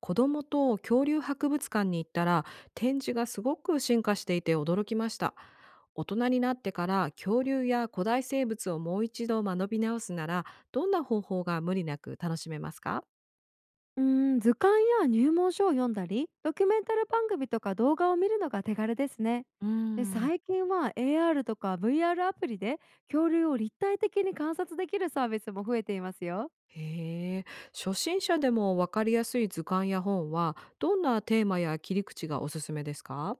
子供と恐竜博物館に行ったら、展示がすごく進化していて驚きました。大人になってから恐竜や古代生物をもう一度学び直すなら、どんな方法が無理なく楽しめますか？図鑑や入門書を読んだり、ドキュメンタル番組とか動画を見るのが手軽ですね。うーで、ん、最近は AR とか VR アールアプリで恐竜を立体的に観察できるサービスも増えていますよ。へえ。初心者でも分かりやすい図鑑や本はどんなテーマや切り口がおすすめですか？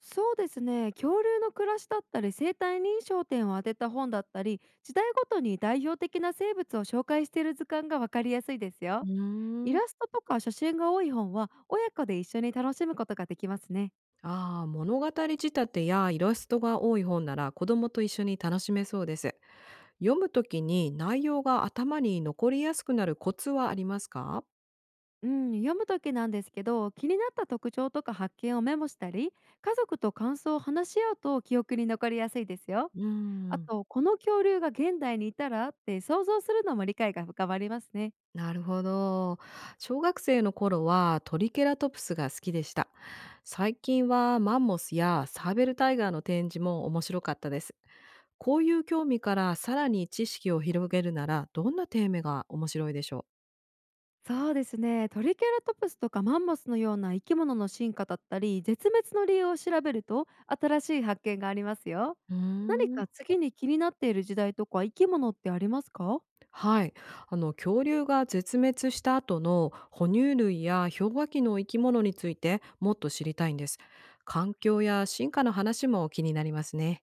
そうですね、恐竜の暮らしだったり生態に焦点を当てた本だったり、時代ごとに代表的な生物を紹介している図鑑が分かりやすいですうよ。イーん、ラストとか写真が多い本は親子で一緒に楽しむことができますね。ああ、物語仕立てやイラストが多い本なら子供と一緒に楽しめそうです。読むときに内容が頭に残りやすくなるコツはありますか？うん、読むときなんですけど、気になった特徴とか発見をメモしたり、家族と感想を話し合うと記憶に残りやすいですよ。うーあん、とこの恐竜が現代にいたらって想像するのも理解が深まりますね。なるほど。小学生の頃はトリケラトプスが好きでした。最近はマンモスやサーベルタイガーの展示も面白かったです。こういう興味からさらに知識を広げるなら、どんなテーマが面白いでしょう？そうですね、トリケラトプスとかマンモスのような生き物の進化だったり絶滅の理由を調べると新しい発見がありますよ。うー何ん。か次に気になっている時代とか生き物ってありますか？はい、あの恐竜が絶滅した後の哺乳類や氷河期の生き物についてもっと知りたいんです。環境や進化の話も気になりますね。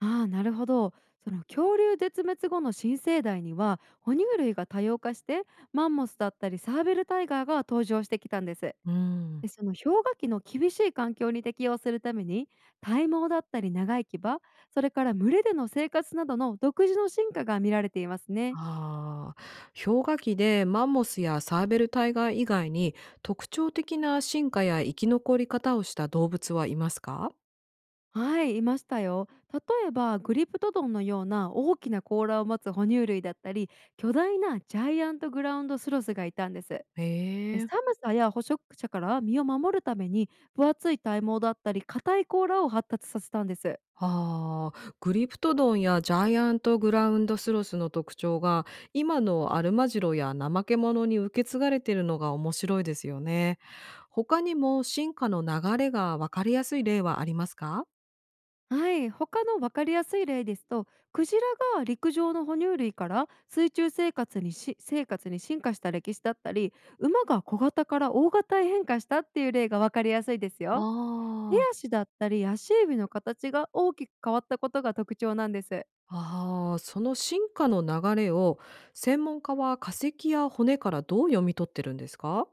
ああ、なるほど。その恐竜絶滅後の新生代には哺乳類が多様化して、マンモスだったりサーベルタイガーが登場してきたんです。うん。で、その氷河期の厳しい環境に適応するために、体毛だったり長い牙、それから群れでの生活などの独自の進化が見られていますね。ああ、氷河期でマンモスやサーベルタイガー以外に特徴的な進化や生き残り方をした動物はいますか？はい、いましたよ。例えばグリプトドンのような大きな甲羅を持つ哺乳類だったり、巨大なジャイアントグラウンドスロスがいたんです。へで、え。寒さや捕食者から身を守るために分厚い体毛だったり硬い甲羅を発達させたんです。ああ、グリプトドンやジャイアントグラウンドスロスの特徴が今のアルマジロやナマケモノに受け継がれているのが面白いですよね。他にも進化の流れがわかりやすい例はありますか？はい、他の分かりやすい例ですと、クジラが陸上の哺乳類から水中生活にし生活に進化した歴史だったり、馬が小型から大型へ変化したっていう例が分かりやすいですあよ。手あ、足だったり足指の形が大きく変わったことが特徴なんです。あその進化の流れを専門家は化石や骨からどう読み取ってるんですか？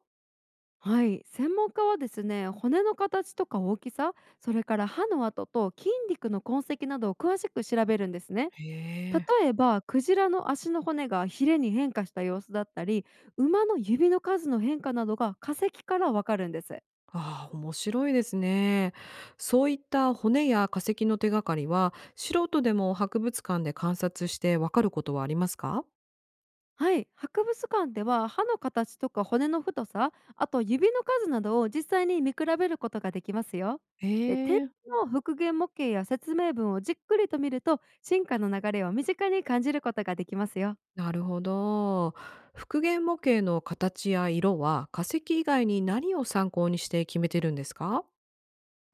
はい、専門家はですね、骨の形とか大きさ、それから歯の跡と筋肉の痕跡などを詳しく調べるんですね。へえ。例えばクジラの足の骨がヒレに変化した様子だったり、馬の指の数の変化などが化石からわかるんです。ああ、面白いですね。そういった骨や化石の手がかりは、素人でも博物館で観察してわかることはありますか？はい、博物館では歯の形とか骨の太さ、あと指の数などを実際に見比べることができますよ。で、展ええ、示の復元模型や説明文をじっくりと見ると進化の流れを身近に感じることができますよ。なるほど。復元模型の形や色は化石以外に何を参考にして決めてるんですか？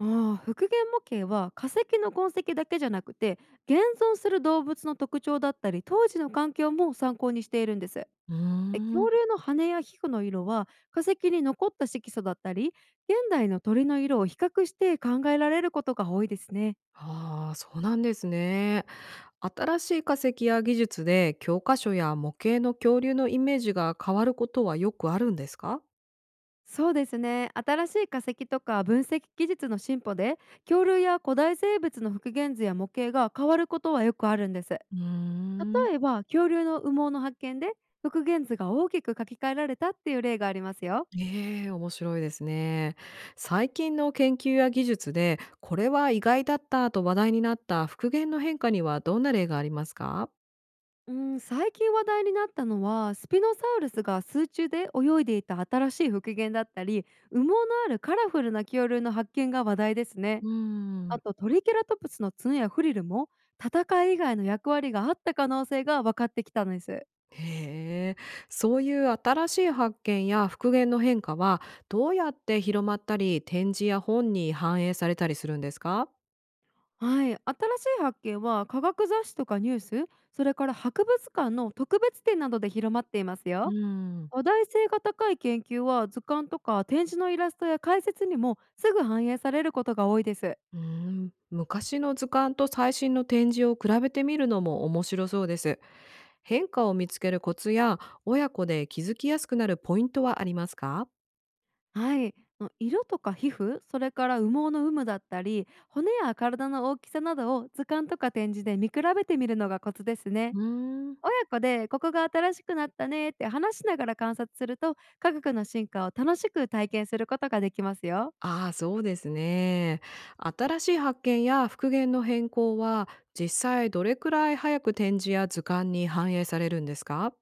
復元模型は化石の痕跡だけじゃなくて、現存する動物の特徴だったり当時の環境も参考にしているんです。うー恐ん。竜の羽や皮膚の色は化石に残った色素だったり、現代の鳥の色を比較して考えられることが多いですね。ああ、そうなんですね。新しい化石や技術で教科書や模型の恐竜のイメージが変わることはよくあるんですか？そうですね、新しい化石とか分析技術の進歩で恐竜や古代生物の復元図や模型が変わることはよくあるんです。うーん。例えば恐竜の羽毛の発見で復元図が大きく書き換えられたっていう例がありますよ。ええ、面白いですね。最近の研究や技術で、これは意外だったと話題になった復元の変化にはどんな例がありますか？うん、最近話題になったのはスピノサウルスが水中で泳いでいた新しい復元だったり、羽毛のあるカラフルな恐竜の発見が話題ですうね。ーあん。とトリケラトプスの角やフリルも戦い以外の役割があった可能性が分かってきたんです。へえ、そういう新しい発見や復元の変化は、どうやって広まったり、展示や本に反映されたりするんですか？はい、新しい発見は科学雑誌とかニュース、それから博物館の特別展などで広まっていますうよ。ーん。話題性が高い研究は図鑑とか展示のイラストや解説にもすぐ反映されることが多いです。うーん、昔の図鑑と最新の展示を比べてみるのも面白そうです。変化を見つけるコツや親子で気づきやすくなるポイントはありますか？はい、色とか皮膚、それから羽毛の有無だったり骨や体の大きさなどを図鑑とか展示で見比べてみるのがコツですね。うーん。親子でここが新しくなったねって話しながら観察すると科学の進化を楽しく体験することができますよ。ああ、そうですね。新しい発見や復元の変更は実際どれくらい早く展示や図鑑に反映されるんですか？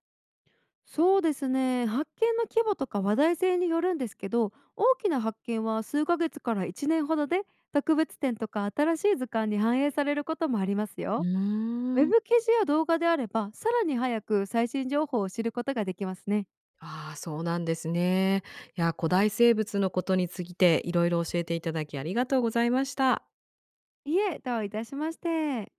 そうですね、発見の規模とか話題性によるんですけど、大きな発見は数ヶ月から1年ほどで特別展とか新しい図鑑に反映されることもありますうよ。ウェーん。ブ記事や動画であれば、さらに早く最新情報を知ることができますね。ああ、そうなんですね。いや、古代生物のことについていろいろ教えていただきありがとうございました。いえ、どういたしまして。